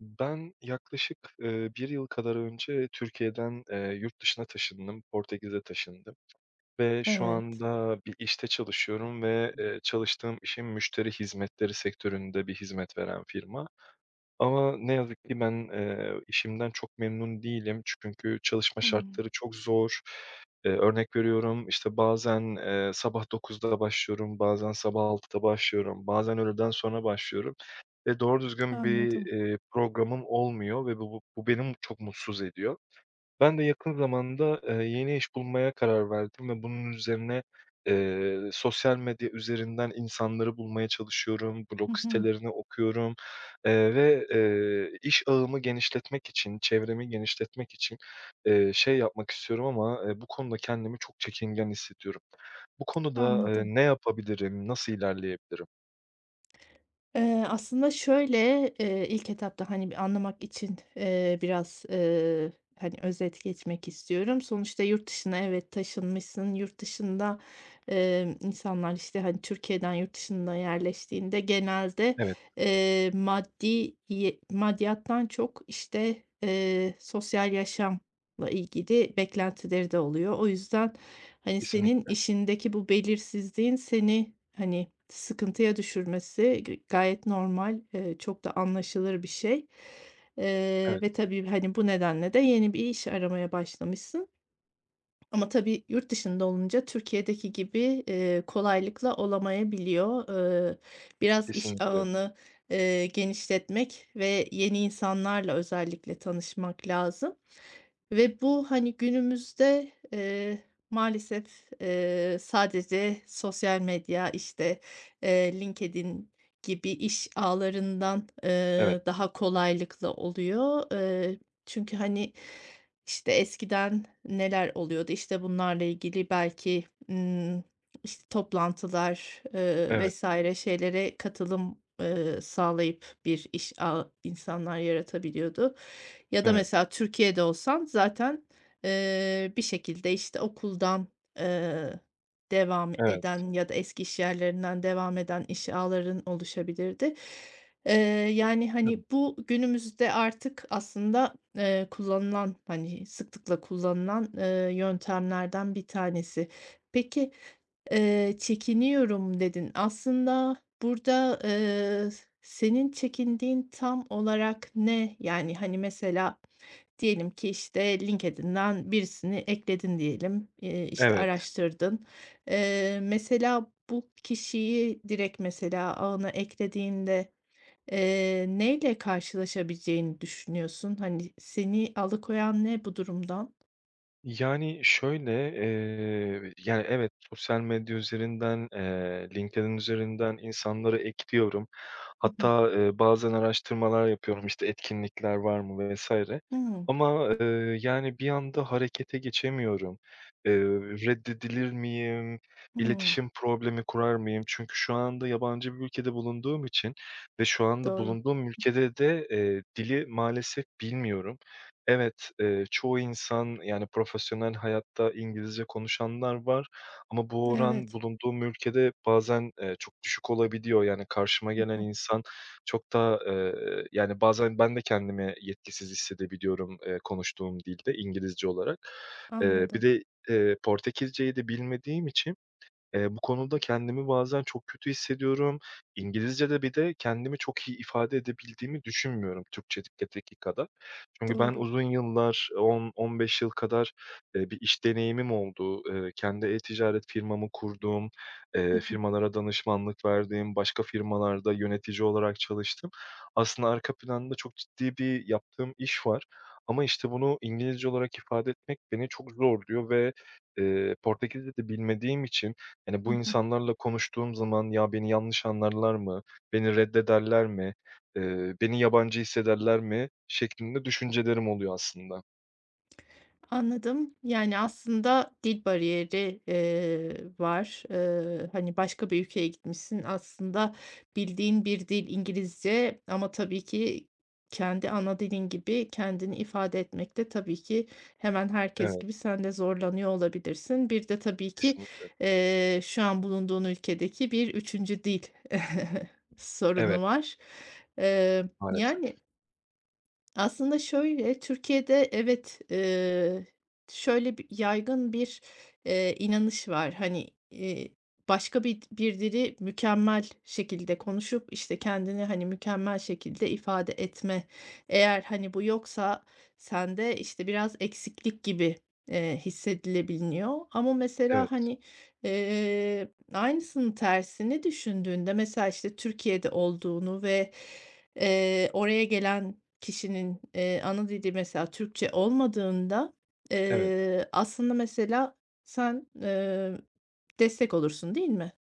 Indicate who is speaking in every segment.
Speaker 1: Ben yaklaşık, 1 yıl kadar önce Türkiye'den, yurt dışına taşındım, Portekiz'e taşındım ve şu
Speaker 2: Evet.
Speaker 1: anda bir işte çalışıyorum ve, çalıştığım işim müşteri hizmetleri sektöründe bir hizmet veren firma ama ne yazık ki ben, işimden çok memnun değilim çünkü çalışma
Speaker 2: Hımm.
Speaker 1: şartları çok zor. Örnek veriyorum, işte, bazen, sabah 9'da başlıyorum, bazen sabah 6'da başlıyorum, bazen öğleden sonra başlıyorum ve doğru düzgün bir,
Speaker 2: Anladım.
Speaker 1: programım olmuyor ve bu beni çok mutsuz ediyor. Ben de yakın zamanda, yeni iş bulmaya karar verdim ve bunun üzerine, sosyal medya üzerinden insanları bulmaya çalışıyorum, blog
Speaker 2: Hı hı.
Speaker 1: sitelerini okuyorum, ve, iş ağımı genişletmek için, çevremi genişletmek için, şey yapmak istiyorum ama, bu konuda kendimi çok çekingen hissediyorum. Bu konuda,
Speaker 2: Anladım.
Speaker 1: ne yapabilirim, nasıl ilerleyebilirim?
Speaker 2: Aslında şöyle, ilk etapta, hani, bir anlamak için, biraz, hani, özet geçmek istiyorum. Sonuçta yurt dışına evet taşınmışsın. Yurt dışında, insanlar, işte, hani, Türkiye'den yurt dışına yerleştiğinde genelde,
Speaker 1: Evet,
Speaker 2: maddiyattan çok, işte, sosyal yaşam ilgili beklentileri de oluyor. O yüzden, hani, senin
Speaker 1: kesinlikle.
Speaker 2: işindeki bu belirsizliğin seni, hani, sıkıntıya düşürmesi gayet normal, çok da anlaşılır bir şey. Eee,
Speaker 1: Evet,
Speaker 2: ve tabii, hani, bu nedenle de yeni bir iş aramaya başlamışsın. Ama tabii yurt dışında olunca Türkiye'deki gibi, kolaylıkla olamayabiliyor. Eee, biraz iş
Speaker 1: kesinlikle.
Speaker 2: ağını, genişletmek ve yeni insanlarla özellikle tanışmak lazım. Ve bu, hani, günümüzde, maalesef, sadece sosyal medya, işte, LinkedIn gibi iş ağlarından,
Speaker 1: Evet,
Speaker 2: daha kolaylıkla oluyor. Çünkü, hani, işte, eskiden neler oluyordu? İşte bunlarla ilgili belki, ımm, işte, toplantılar,
Speaker 1: evet,
Speaker 2: vs. şeylere katılım, sağlayıp bir iş ağı insanlar yaratabiliyordu. Ya da
Speaker 1: evet,
Speaker 2: mesela Türkiye'de olsan zaten, bir şekilde, işte, okuldan, eee, devam
Speaker 1: evet,
Speaker 2: eden ya da eski iş yerlerinden devam eden iş ağların oluşabilirdi. Eee, yani,
Speaker 1: evet,
Speaker 2: hani, bu günümüzde artık aslında, kullanılan, hani, sıklıkla kullanılan, yöntemlerden bir tanesi. Peki, "Çekiniyorum." dedin. Aslında burada, senin çekindiğin tam olarak ne? Yani, hani, mesela diyelim ki, işte, LinkedIn'den birisini ekledin diyelim, işte,
Speaker 1: evet.
Speaker 2: araştırdın. Mesela bu kişiyi direkt mesela ağına eklediğinde, neyle karşılaşabileceğini düşünüyorsun? Hani, seni alıkoyan ne bu durumdan?
Speaker 1: Yani, şöyle, yani, evet, sosyal medya üzerinden, LinkedIn üzerinden insanları ekliyorum. Hatta, bazen araştırmalar yapıyorum, işte, etkinlikler var mı vesaire
Speaker 2: Hı hı.
Speaker 1: ama, yani, bir anda harekete geçemiyorum. Eee, Reddedilir miyim, iletişim problemi kurar mıyım? Çünkü şu anda yabancı bir ülkede bulunduğum için ve şu anda
Speaker 2: Doğru.
Speaker 1: bulunduğum ülkede de, dili maalesef bilmiyorum. Evet, çoğu insan, yani, profesyonel hayatta İngilizce konuşanlar var ama bu oran
Speaker 2: Evet.
Speaker 1: bulunduğum ülkede bazen, çok düşük olabiliyor. Yani, karşıma gelen insan çok da yani, bazen ben de kendimi yetkisiz hissedebiliyorum, konuştuğum dilde İngilizce olarak. Bir
Speaker 2: Anladım.
Speaker 1: de, Portekizce'yi de bilmediğim için bu konuda kendimi bazen çok kötü hissediyorum. İngilizcede bir de kendimi çok iyi ifade edebildiğimi düşünmüyorum Türkçedeki kadar. Çünkü ben
Speaker 2: Doğru.
Speaker 1: uzun yıllar, 10-15 yıl kadar, bir iş deneyimim oldu. Kendi e-ticaret firmamı kurduğum,
Speaker 2: Hı hı.
Speaker 1: firmalara danışmanlık verdiğim, başka firmalarda yönetici olarak çalıştım. Aslında arka planda çok ciddi bir yaptığım iş var ama, işte, bunu İngilizce olarak ifade etmek beni çok zorluyor ve, Portekizce de bilmediğim için yani,
Speaker 2: Hı
Speaker 1: bu
Speaker 2: hı.
Speaker 1: insanlarla konuştuğum zaman, "Ya, beni yanlış anlarlar mı? Beni reddederler mi? Beni yabancı hissederler mi?" şeklinde düşüncelerim oluyor aslında.
Speaker 2: Anladım. Yani, aslında dil bariyeri, var. Hani, başka bir ülkeye gitmişsin. Aslında bildiğin bir dil İngilizce ama tabii ki kendi ana dilin gibi kendini ifade etmekte tabii ki hemen herkes
Speaker 1: Evet,
Speaker 2: gibi sen de zorlanıyor olabilirsin. Bir de tabii ki,
Speaker 1: kesinlikle.
Speaker 2: şu an bulunduğun ülkedeki bir üçüncü dil
Speaker 1: Evet,
Speaker 2: sorunu var. Eee,
Speaker 1: maalesef.
Speaker 2: yani aslında şöyle, Türkiye'de evet, şöyle bir yaygın bir, inanış var. Hani, başka bir dili mükemmel şekilde konuşup, işte, kendini, hani, mükemmel şekilde ifade etme. Eğer, hani, bu yoksa sende, işte, biraz eksiklik gibi, hissedilebiliniyor. Ama mesela,
Speaker 1: Evet,
Speaker 2: hani, aynısının tersini düşündüğünde mesela, işte, Türkiye'de olduğunu ve, oraya gelen kişinin, ana dili mesela Türkçe olmadığında,
Speaker 1: evet.
Speaker 2: aslında mesela sen, destek olursun değil mi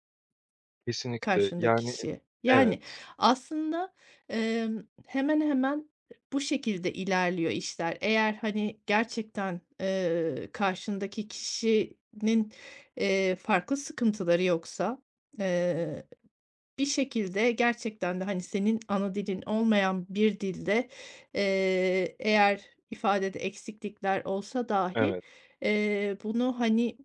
Speaker 1: Kesinlikle.
Speaker 2: karşındaki
Speaker 1: Yani,
Speaker 2: kişiye? Yani
Speaker 1: evet,
Speaker 2: aslında, hemen hemen bu şekilde ilerliyor işler. Eğer, hani, gerçekten, karşındaki kişinin, farklı sıkıntıları yoksa, eee bir şekilde gerçekten de, hani, senin ana dilin olmayan bir dilde, eğer ifadede eksiklikler olsa dahi,
Speaker 1: evet.
Speaker 2: bunu, hani,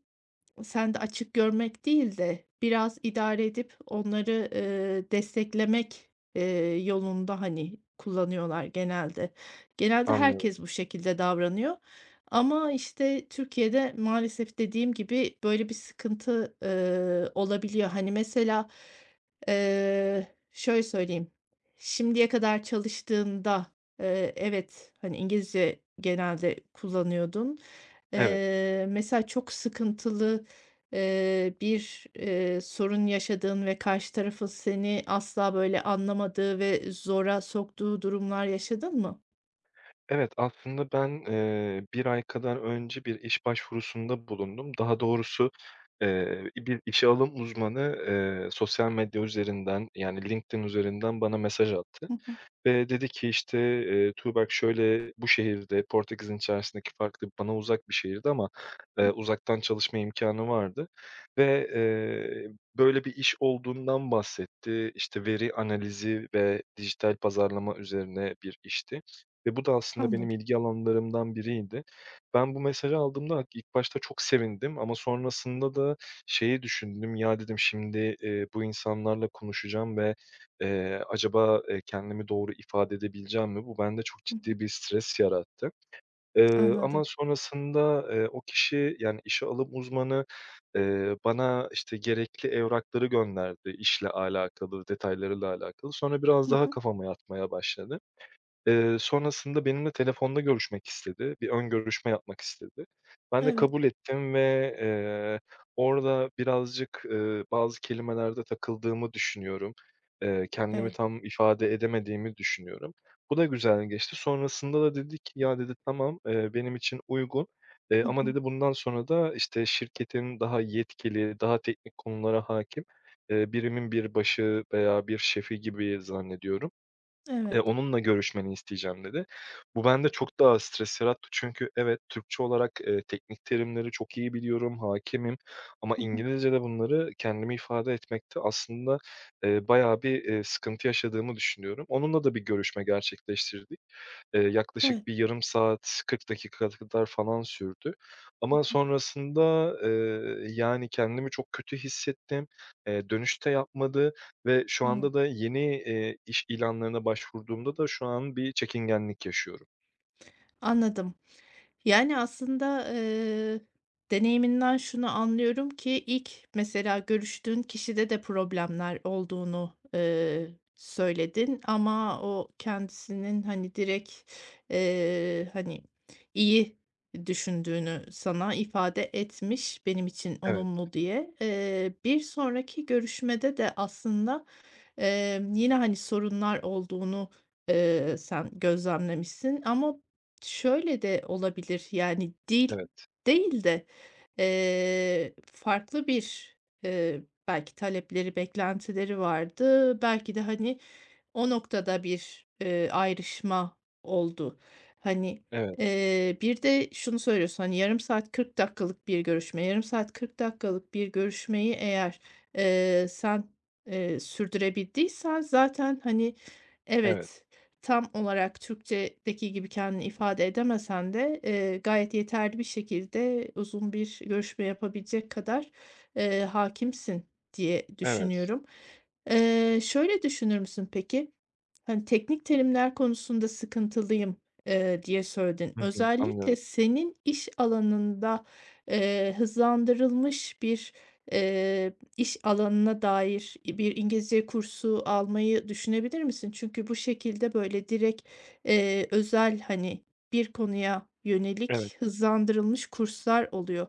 Speaker 2: sen de açık görmek değil de biraz idare edip onları, desteklemek, eee, yolunda, hani, kullanıyorlar genelde. Genelde
Speaker 1: Anlıyorum.
Speaker 2: herkes bu şekilde davranıyor ama, işte, Türkiye'de maalesef dediğim gibi böyle bir sıkıntı, olabiliyor. Hani, mesela, şöyle söyleyeyim, şimdiye kadar çalıştığında, evet, hani, İngilizce genelde kullanıyordun.
Speaker 1: Evet.
Speaker 2: Mesela çok sıkıntılı bir, sorun yaşadığın ve karşı tarafın seni asla böyle anlamadığı ve zora soktuğu durumlar yaşadın mı?
Speaker 1: Evet, aslında ben, 1 ay kadar önce bir iş başvurusunda bulundum. Daha doğrusu, bir işe alım uzmanı, sosyal medya üzerinden, yani, LinkedIn üzerinden bana mesaj attı.
Speaker 2: Hı hı.
Speaker 1: Ve dedi ki, işte, "Tuğberk şöyle bu şehirde, Portekiz'in içerisindeki farklı, bana uzak bir şehirdi ama, uzaktan çalışma imkânı vardı ve, böyle bir iş olduğundan bahsetti. İşte, veri analizi ve dijital pazarlama üzerine bir işti ve bu da aslında benim
Speaker 2: Anladım.
Speaker 1: ilgi alanlarımdan biriydi. Ben bu mesajı aldığımda ilk başta çok sevindim ama sonrasında da şeyi düşündüm, "Ya," dedim, "şimdi, bu insanlarla konuşacağım ve acaba, kendimi doğru ifade edebileceğim mi? Bu bende çok
Speaker 2: Hı hı.
Speaker 1: ciddi bir stres yarattı. Ama
Speaker 2: Anladım.
Speaker 1: sonrasında, o kişi, yani, işe alım uzmanı, bana, işte, gerekli evrakları gönderdi işle alakalı, detaylarıyla alakalı. Sonra biraz
Speaker 2: Hı
Speaker 1: daha
Speaker 2: hı.
Speaker 1: kafama yatmaya başladı. Sonrasında benimle telefonda görüşmek istedi. Bir ön görüşme yapmak istedi. Ben de
Speaker 2: Evet,
Speaker 1: kabul ettim ve, orada birazcık, bazı kelimelerde takıldığımı düşünüyorum. Kendimi
Speaker 2: evet.
Speaker 1: tam ifade edemediğimi düşünüyorum. Bu da güzel geçti. Sonrasında da dedi ki, "Ya" dedi, "Tamam, benim için uygun,
Speaker 2: Hı
Speaker 1: ama"
Speaker 2: hı.
Speaker 1: dedi, "Bundan sonra da, işte, şirketin daha yetkili, daha teknik konulara hâkim, birimin bir başı veya bir şefi gibi zannediyorum.
Speaker 2: Evet.
Speaker 1: Onunla görüşmeni isteyeceğim dedi. Bu bende çok daha stres yarattı çünkü evet, Türkçe olarak, teknik terimleri çok iyi biliyorum, hakimim ama
Speaker 2: Hı hı.
Speaker 1: İngilizcede bunları kendimi ifade etmekte aslında, bayağı bir, sıkıntı yaşadığımı düşünüyorum. Onunla da bir görüşme gerçekleştirdik. Yaklaşık
Speaker 2: Evet.
Speaker 1: bir yarım saat, 40 dakika kadar falan sürdü
Speaker 2: Hı
Speaker 1: ama
Speaker 2: hı.
Speaker 1: sonrasında, yani, kendimi çok kötü hissettim. Dönüş de yapmadı ve şu anda
Speaker 2: Hımm.
Speaker 1: da yeni, iş ilanlarına başvurduğumda da şu an bir çekingenlik yaşıyorum.
Speaker 2: Anladım. Yani, aslında, deneyiminden şunu anlıyorum ki ilk mesela görüştüğün kişide de problemler olduğunu, söyledin ama o kendisinin, hani, direkt, hani, iyi düşündüğünü sana ifade etmiş benim için
Speaker 1: Evet,
Speaker 2: olumlu diye. Bir sonraki görüşmede de aslında, yine, hani, sorunlar olduğunu, sen gözlemlemişsin ama şöyle de olabilir, yani, dil
Speaker 1: evet,
Speaker 2: değil de, farklı bir, eee, belki talepleri, beklentileri vardı. Belki de, hani, o noktada bir, ayrışma oldu. Hani,
Speaker 1: evet,
Speaker 2: bir de şunu söylüyorsun, hani, yarım saat 40 dakikalık bir görüşme. Yarım saat 40 dakikalık bir görüşmeyi eğer, sen, sürdürebildiysen zaten, hani,
Speaker 1: evet,
Speaker 2: evet, tam olarak Türkçedeki gibi kendini ifade edemesen de, gayet yeterli bir şekilde uzun bir görüşme yapabilecek kadar, hâkimsin diye
Speaker 1: evet.
Speaker 2: düşünüyorum. Şöyle düşünür müsün peki? Hani, teknik terimler konusunda sıkıntılıyım, diye söyledin.
Speaker 1: Hı hı,
Speaker 2: Özellikle
Speaker 1: anlıyorum.
Speaker 2: senin iş alanında, hızlandırılmış bir, iş alanına dair bir İngilizce kursu almayı düşünebilir misin? Çünkü bu şekilde, böyle, direkt, özel, hani, bir konuya
Speaker 1: Evet,
Speaker 2: yönelik hızlandırılmış kurslar oluyor.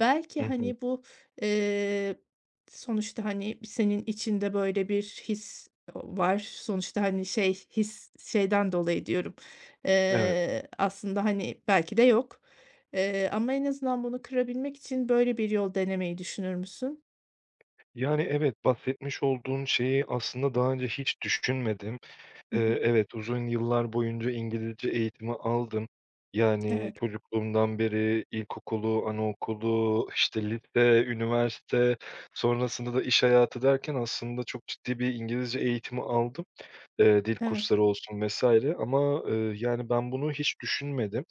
Speaker 2: Belki,
Speaker 1: hı hı,
Speaker 2: hani, bu, eee, sonuçta, hani, senin içinde böyle bir his var. Sonuçta, hani, şey, his şeyden dolayı diyorum,
Speaker 1: evet.
Speaker 2: aslında, hani, belki de yok, ama en azından bunu kırabilmek için böyle bir yol denemeyi düşünür müsün?
Speaker 1: Yani, evet, bahsetmiş olduğun şeyi aslında daha önce hiç düşünmedim.
Speaker 2: Hı hı.
Speaker 1: Evet, uzun yıllar boyunca İngilizce eğitimi aldım. Yani
Speaker 2: Evet,
Speaker 1: çocukluğumdan beri ilkokulu, anaokulu, işte lise, üniversite, sonrasında da iş hayatı derken aslında çok ciddi bir İngilizce eğitimi aldım. Dil
Speaker 2: evet.
Speaker 1: kursları olsun vs. ama, yani, ben bunu hiç düşünmedim.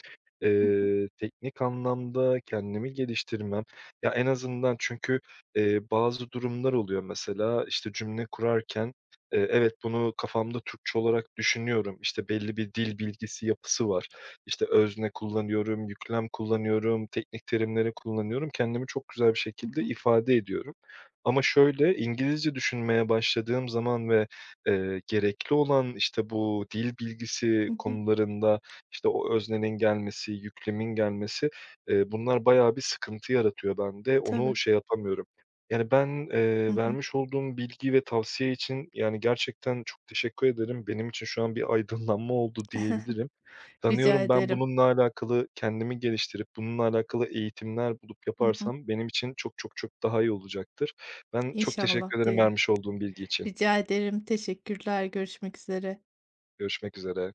Speaker 2: Hı hı.
Speaker 1: Teknik anlamda kendimi geliştirmem, ya, en azından çünkü, bazı durumlar oluyor mesela, işte, cümle kurarken, evet, bunu kafamda Türkçe olarak düşünüyorum. İşte, belli bir dil bilgisi yapısı var. İşte, özne kullanıyorum, yüklem kullanıyorum, teknik terimleri kullanıyorum. Kendimi çok güzel bir
Speaker 2: Hı
Speaker 1: şekilde
Speaker 2: hı.
Speaker 1: ifade ediyorum. Ama şöyle, İngilizce düşünmeye başladığım zaman ve gerekli olan, işte, bu dil bilgisi
Speaker 2: Hı hı.
Speaker 1: konularında, işte, o öznenin gelmesi, yüklemin gelmesi, bunlar bayağı bir sıkıntı yaratıyor bende. Onu
Speaker 2: Tabii.
Speaker 1: şey yapamıyorum. Yani, ben,
Speaker 2: Hı hı.
Speaker 1: vermiş olduğum bilgi ve tavsiye için, yani, gerçekten çok teşekkür ederim. Benim için şu an bir aydınlanma oldu diyebilirim.
Speaker 2: Rica
Speaker 1: Sanıyorum ben
Speaker 2: ederim.
Speaker 1: bununla alakalı kendimi geliştirip bununla alakalı eğitimler bulup
Speaker 2: Hı hı.
Speaker 1: yaparsam benim için çok çok çok daha iyi olacaktır. Ben çok
Speaker 2: İnşallah
Speaker 1: teşekkür ederim
Speaker 2: diyelim.
Speaker 1: vermiş olduğum bilgi için.
Speaker 2: Rica ederim. Teşekkürler. Görüşmek üzere.
Speaker 1: Görüşmek üzere.